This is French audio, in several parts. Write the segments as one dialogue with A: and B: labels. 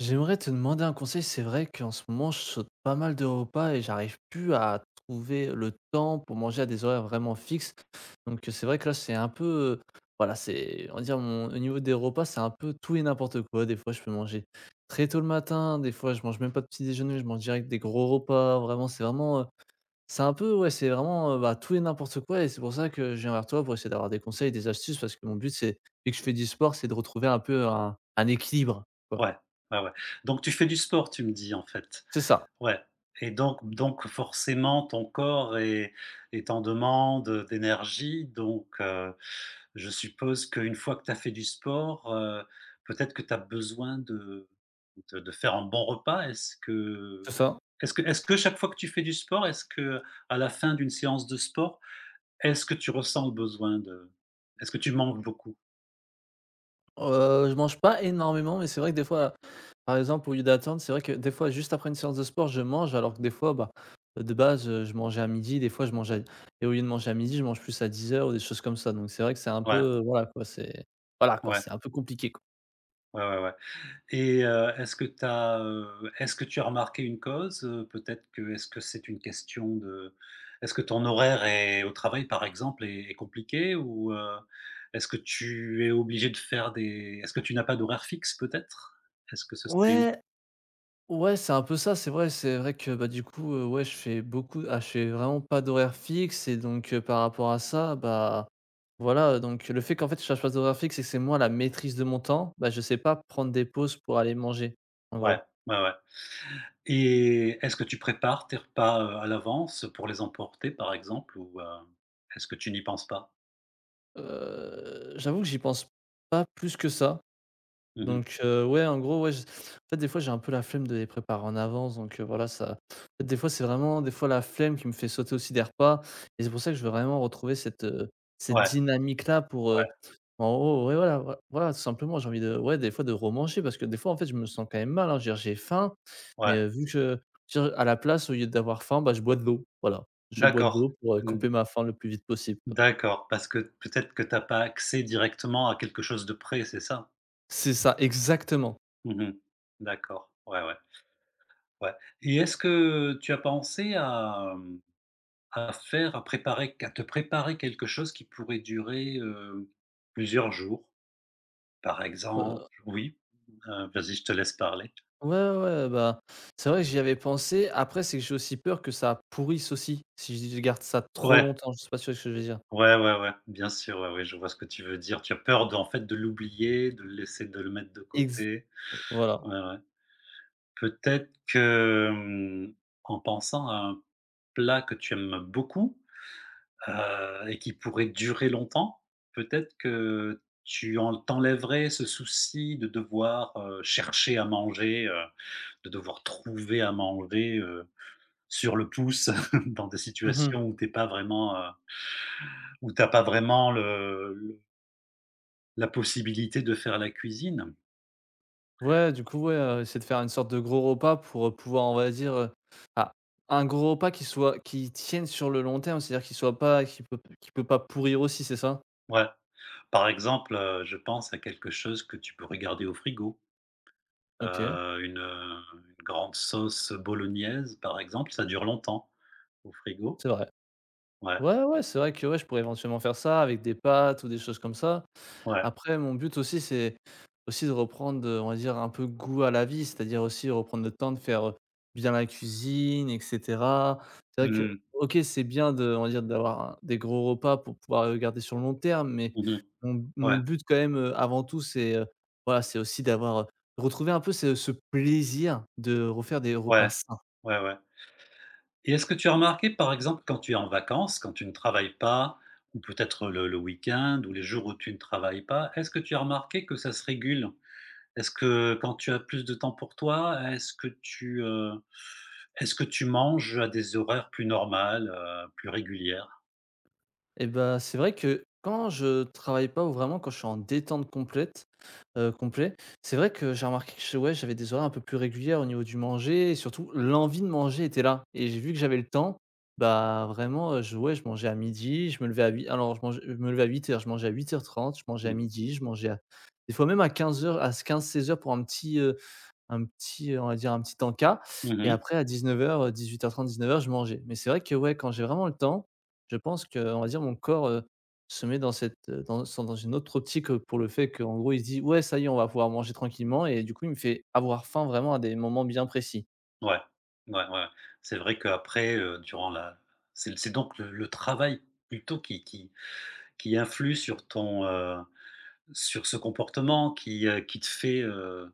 A: J'aimerais te demander un conseil. C'est vrai qu'en ce moment, je saute pas mal de repas et j'arrive plus à trouver le temps pour manger à des horaires vraiment fixes. Donc, c'est vrai que là, c'est un peu, heu, voilà, c'est on va dire mon au niveau des repas, c'est un peu tout et n'importe quoi. Des fois, je peux manger très tôt le matin, des fois, je mange même pas de petit déjeuner, je mange direct des gros repas. Vraiment, c'est un peu, ouais, c'est vraiment, bah, tout et n'importe quoi et c'est pour ça que je viens vers toi pour essayer d'avoir des conseils, des astuces parce que mon but, c'est vu que je fais du sport, c'est de retrouver un peu un équilibre, quoi.
B: Ouais, ouais, ouais. Donc tu fais du sport, tu me dis, en fait?
A: C'est ça.
B: Ouais, et donc forcément ton corps est en demande, d'énergie, donc je suppose qu'une fois que tu as fait du sport, peut-être que tu as besoin de de faire un bon repas. Est-ce
A: C'est
B: que
A: ça.
B: est-ce que est-ce que chaque fois que tu fais du sport, est-ce que à la fin d'une séance de sport, est-ce que tu ressens le besoin de est-ce que tu manges beaucoup?
A: Je mange pas énormément, mais c'est vrai que des fois, par exemple, au lieu d'attendre, c'est vrai que des fois, juste après une séance de sport, je mange alors que des fois, bah, de base, je mangeais à midi des fois je mangeais et au lieu de manger à midi je mange plus à 10 heures ou des choses comme ça. Donc c'est vrai que c'est un
B: Ouais,
A: peu, voilà quoi,
B: ouais,
A: c'est un peu compliqué, quoi.
B: ouais, ouais, ouais. Et est-ce que tu as, est-ce que tu as remarqué une cause? Peut-être que est-ce que c'est une question de est-ce que ton horaire est au travail, par exemple, est compliqué, ou est-ce que tu es obligé de faire des est-ce que tu n'as pas d'horaire fixe, peut-être? Est-ce que ce serait une
A: Ouais! Ouais, c'est un peu ça, c'est vrai. C'est vrai que, bah, du coup, ouais, je fais beaucoup ah, je fais vraiment pas d'horaire fixe et donc par rapport à ça, bah, voilà, donc le fait qu'en fait, je cherche pas d'horaire fixe et que c'est moi la maîtrise de mon temps, bah, je sais pas prendre des pauses pour aller manger, en gros.
B: Ouais, ouais, ouais, et est-ce que tu prépares tes repas, à l'avance pour les emporter, par exemple, ou est-ce que tu n'y penses pas?
A: J'avoue que j'y pense pas plus que ça.
B: Mmh.
A: Donc ouais, en gros, ouais, j en fait, des fois, j'ai un peu la flemme de les préparer en avance donc voilà, ça en fait, des fois, c'est vraiment des fois la flemme qui me fait sauter aussi des repas et c'est pour ça que je veux vraiment retrouver cette
B: Ouais,
A: dynamique-là pour,
B: ouais,
A: en haut ouais, voilà, voilà, tout simplement, j'ai envie de ouais, des fois, de remanger parce que des fois, en fait, je me sens quand même mal, hein. Je veux dire, j'ai faim mais
B: ouais.
A: vu que je veux dire, à la place, au lieu d'avoir faim, bah, je bois de l'eau, voilà. Je bois de
B: D'accord.
A: l'eau pour, couper
B: Mmh.
A: ma faim le plus vite possible, quoi.
B: D'accord, parce que peut-être que t'as pas accès directement à quelque chose de près, c'est ça?
A: C'est ça, exactement.
B: Mmh. D'accord, ouais, ouais, ouais, et est-ce que tu as pensé à faire, à te préparer quelque chose qui pourrait durer, plusieurs jours? Par exemple, oui? Vas-y, je te laisse parler.
A: Ouais, ouais, ouais, bah, c'est vrai que j'y avais pensé. Après, c'est que j'ai aussi peur que ça pourrisse aussi, si je garde ça trop
B: Ouais,
A: longtemps. Je suis pas sûr de ce que je veux dire?
B: ouais, ouais, ouais, bien sûr, ouais, ouais, je vois ce que tu veux dire. Tu as peur d'en fait de l'oublier, de le laisser, de le mettre de
A: Ex
B: côté.
A: Voilà.
B: Ouais, ouais. Peut-être que, en pensant à un plat que tu aimes beaucoup, et qui pourrait durer longtemps, peut-être que tu en t'enlèverais ce souci de devoir, chercher à manger, de devoir trouver à manger, sur le pouce dans des
A: Mmh.
B: situations où t'es pas vraiment, où t'as pas vraiment le la possibilité de faire la cuisine.
A: Ouais, du coup, ouais, essayer de faire une sorte de gros repas pour, pouvoir, on va dire, ah, un gros repas qui soit qui tienne sur le long terme, c'est-à-dire qui soit pas qui peut pas pourrir aussi, c'est ça?
B: Ouais. Par exemple, je pense à quelque chose que tu peux regarder au frigo.
A: OK,
B: Une grande sauce bolognaise, par exemple, ça dure longtemps au frigo.
A: c'est vrai.
B: Ouais,
A: Ouais, ouais, c'est vrai que, ouais, je pourrais éventuellement faire ça avec des pâtes ou des choses comme ça.
B: ouais.
A: Après, mon but aussi, c'est aussi de reprendre, on va dire, un peu goût à la vie, c'est-à-dire aussi reprendre le temps de faire, bien la cuisine et cetera. C'est vrai
B: Mmh
A: que,
B: mh.
A: OK, c'est bien de on va dire, d'avoir un des gros repas pour pouvoir le garder sur le long terme, mais
B: Mmh.
A: mon
B: Ouais,
A: but quand même, avant tout, c'est, voilà, c'est aussi d'avoir, retrouver un peu ce plaisir de refaire des repas
B: ouais,
A: sains.
B: ouais, ouais, et est-ce que tu as remarqué, par exemple, quand tu es en vacances, quand tu ne travailles pas, ou peut-être le week-end ou les jours où tu ne travailles pas, est-ce que tu as remarqué que ça se régule? Est-ce que quand tu as plus de temps pour toi, est-ce que tu manges à des horaires plus normales, plus régulières?
A: Et bah, c'est vrai que quand je travaille pas ou vraiment quand je suis en détente complète, complet, c'est vrai que j'ai remarqué que ch ouais, j'avais des horaires un peu plus régulières au niveau du manger et surtout l'envie de manger était là et j'ai vu que j'avais le temps, bah, vraiment, je ouais, je mangeais à midi je me levais à huit alors je mangeais je me levais à 8 heures je mangeais à 8h30 je mangeais à
B: Mmh.
A: midi je mangeais à des fois même à 15 heures à quinze seize heures pour un petit, on va dire un petit encas et
B: Mmh.
A: après à 19:00, 18:30-19:00, je mangeais. Mais c'est vrai que ouais, quand j'ai vraiment le temps, je pense que on va dire mon corps, se met dans cette, dans son dans une autre optique, pour le fait qu'en gros, il se dit: «Ouais, ça y est, on va pouvoir manger tranquillement» et du coup, il me fait avoir faim vraiment à des moments bien précis.
B: Ouais, ouais, ouais, ouais. C'est vrai qu'après, durant la c'est donc le travail plutôt qui influe sur ton, sur ce comportement qui te fait,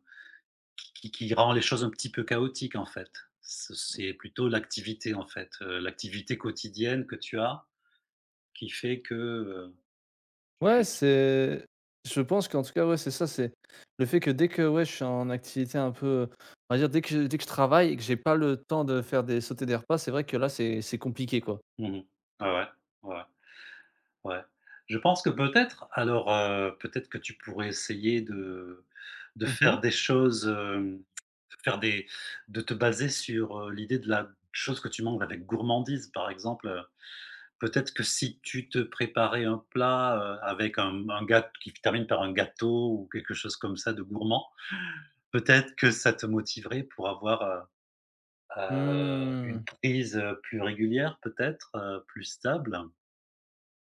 B: qui rend les choses un petit peu chaotiques, en fait. Ce C'est plutôt l'activité, en fait, l'activité quotidienne que tu as qui fait que,
A: Ouais,
B: tu tu
A: c'est je pense qu'en tout cas, ouais, c'est ça, c'est le fait que dès que, ouais, je suis en activité un peu, on va dire dès que je travaille et que j'ai pas le temps de faire des sauter des repas, c'est vrai que là, c'est compliqué, quoi.
B: mmh mh. Ouais, ouais. Ouais, ouais. Ouais. Je pense que peut-être alors, peut-être que tu pourrais essayer de
A: Mmh mh.
B: faire des choses, hem, de faire des de te baser sur, l'idée de la chose que tu manges avec gourmandise. Par exemple, peut-être que si tu te préparais un plat, avec un gât qui termine par un gâteau ou quelque chose comme ça de gourmand, peut-être que ça te motiverait pour avoir, une
A: Mmh.
B: prise, plus régulière peut-être, plus stable?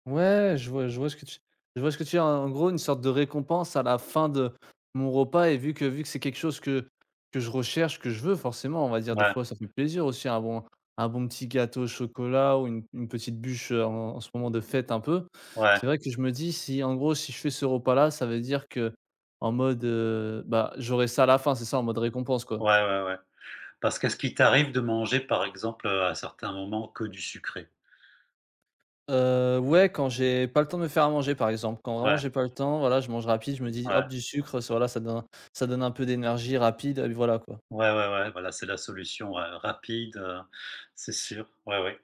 A: Ouais, je vois ce que tu as. En gros, une sorte de récompense à la fin de mon repas et vu que c'est quelque chose que je recherche, que je veux forcément, on va dire des
B: Ouais,
A: fois ça fait plaisir aussi un bon petit gâteau au chocolat ou une petite bûche, en ce moment de fête un peu.
B: ouais,
A: C'est vrai que je me dis si en gros, si je fais ce repas-là, ça veut dire que en mode, bah, j'aurai ça à la fin, c'est ça? En mode récompense, quoi?
B: ouais, ouais, ouais. Parce qu'est-ce qui t'arrive de manger, par exemple, à certains moments, que du sucré?
A: Ouais, quand j'ai pas le temps de me faire à manger, par exemple. Quand vraiment
B: Ouais,
A: j'ai pas le temps, voilà, je mange rapide, je me dis: «Hop,
B: ouais.
A: du sucre», ça voilà, ça donne un peu d'énergie rapide et voilà, quoi.
B: Ouais, ouais, ouais, voilà, c'est la solution, ouais, rapide, c'est sûr, ouais, ouais.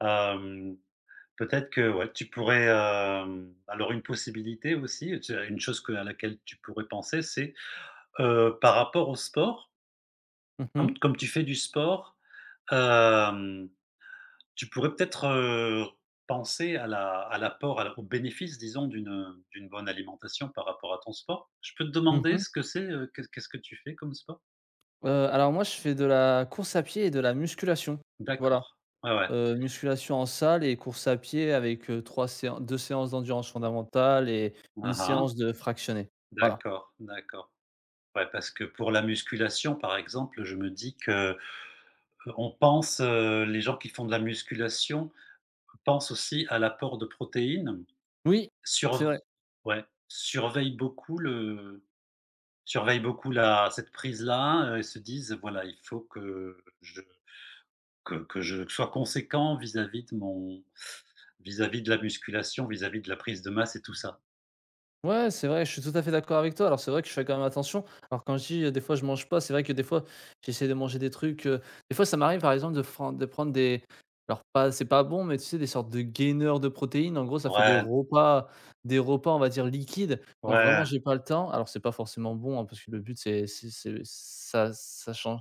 B: Hem, Peut-être que, ouais, tu pourrais, alors une possibilité aussi, tu une chose que à laquelle tu pourrais penser, c'est, par rapport au sport,
A: Mmh mh.
B: comme tu fais du sport, tu pourrais peut-être, penser à la à l'apport, à la au bénéfice, disons, d'une, d'une bonne alimentation par rapport à ton sport? Je peux te
A: Mmh
B: demander
A: mh.
B: ce que c'est, qu'est-ce que tu fais comme sport?
A: Alors moi, je fais de la course à pied et de la musculation. Voilà,
B: D'accord. Ouais, ouais.
A: musculation en salle et course à pied avec, heu, 3 séan 2 séances d'endurance fondamentale et une
B: Hein, hein.
A: séance de fractionnée. Voilà.
B: D'accord, d'accord. Ouais, parce que pour la musculation, par exemple, je me dis que, on pense, les gens qui font de la musculation pensent aussi à l'apport de protéines,
A: Oui, c'est
B: surv
A: vrai.
B: ouais, surveillent beaucoup le surveillent beaucoup la, cette prise-là, et se disent voilà, il faut que je, que je sois conséquent vis-à-vis de mon, vis-à-vis de la musculation, vis-à-vis de la prise de masse et tout ça.
A: Ouais, c'est vrai, je suis tout à fait d'accord avec toi. Alors, c'est vrai que je fais quand même attention. Alors, quand je dis, des fois, je mange pas, c'est vrai que des fois, j'essaie de manger des trucs, des fois, ça m'arrive, par exemple, de prendre des alors pas c'est pas bon, mais tu sais, des sortes de gainers de protéines. En gros, ça fait des
B: Ouais,
A: repas des repas, on va dire, liquides quand vraiment
B: ouais,
A: j'ai pas le temps. Alors, c'est pas forcément bon, hein, parce que le but, c'est ça ça change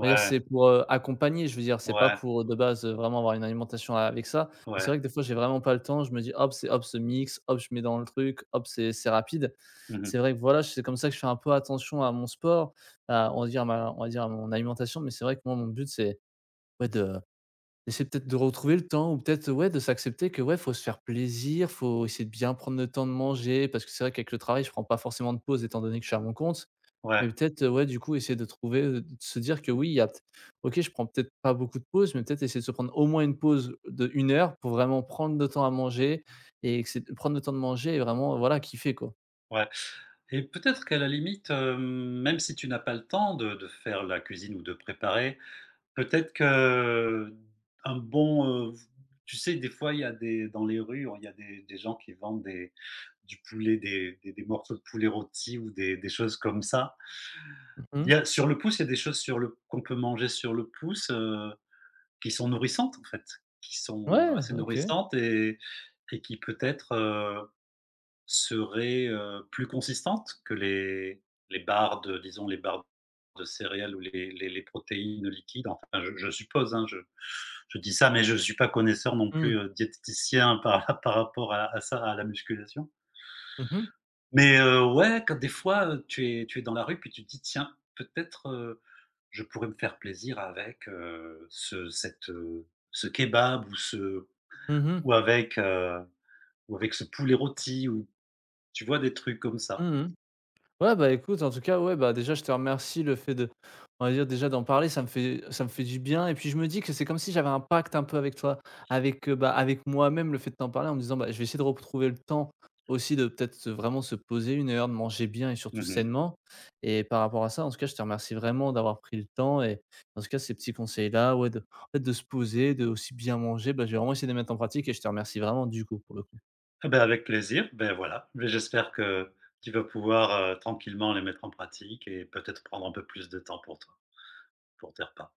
A: on va dire, c'est pour, accompagner, je veux dire, c'est pas
B: ouais,
A: pour, de base, vraiment avoir une alimentation avec ça et
B: ouais.
A: c'est vrai que des fois, j'ai vraiment pas le temps. Je me dis: «Hop, c'est hop ce mix, hop, je mets dans le truc, hop, c'est rapide».
B: Mmh.
A: C'est vrai que voilà, c'est comme ça que je fais un peu attention à mon sport, à on va dire à ma on va dire à mon alimentation, mais c'est vrai que moi, mon but, c'est, ouais, de d'essayer peut-être de retrouver le temps ou peut-être, ouais, de s'accepter que, ouais, faut se faire plaisir, faut essayer de bien prendre le temps de manger parce que c'est vrai qu'avec le travail, je prends pas forcément de pause étant donné que je suis à mon compte.
B: Ouais,
A: Et peut-être, ouais, du coup, essayer de trouver, de se dire que oui, il y a peut OK, je prends peut-être pas beaucoup de pauses, mais peut-être essayer de se prendre au moins une pause de 1 heure pour vraiment prendre le temps à manger et que c'est prendre le temps de manger et vraiment, voilà, kiffer, quoi.
B: ouais. Et peut-être qu'à la limite, même si tu n'as pas le temps de faire la cuisine ou de préparer, peut-être que un bon, tu sais, des fois, il y a des dans les rues, il y a des gens qui vendent des du poulet, des morceaux de poulet rôti ou des choses comme ça.
A: Mmh.
B: Il y a, sur le pouce, il y a des choses sur le, qu'on peut manger sur le pouce, qui sont nourrissantes, en fait, qui sont
A: Ouais,
B: assez
A: OK.
B: nourrissantes, et qui peut-être seraient plus consistantes que les barres de, disons, les barres de céréales ou les protéines liquides. Enfin, je suppose, hein, je dis ça, mais je ne suis pas connaisseur non
A: Mmh.
B: plus, diététicien par, par rapport à ça, à la musculation.
A: Mmh mh.
B: Mais ouais, quand des fois, tu es dans la rue puis tu te dis: «Tiens, peut-être, je pourrais me faire plaisir avec, ce cette, ce kebab ou ce,
A: Mmh.
B: ou avec, heu, ou avec ce poulet rôti» ou tu vois, des trucs comme ça.
A: Mmh. Ouais, bah, écoute, en tout cas, ouais, bah, déjà, je te remercie le fait de on va dire déjà d'en parler, ça me fait du bien et puis je me dis que c'est comme si j'avais un pacte un peu avec toi, avec, bah, avec moi-même, le fait de t'en parler en me disant: «Bah, je vais essayer de retrouver le temps aussi de peut-être vraiment se poser 1 heure, de manger bien et surtout
B: Mmh mh.
A: sainement» et par rapport à ça, en tout cas, je te remercie vraiment d'avoir pris le temps et en tout cas, ces petits conseils-là, ouais, de en fait, de se poser, de aussi bien manger, bah, je vais vraiment essayer de les mettre en pratique et je te remercie vraiment du coup, pour le
B: Ah bah, avec plaisir, ben voilà, mais j'espère que tu vas pouvoir, tranquillement les mettre en pratique et peut-être prendre un peu plus de temps pour toi, pour tes repas.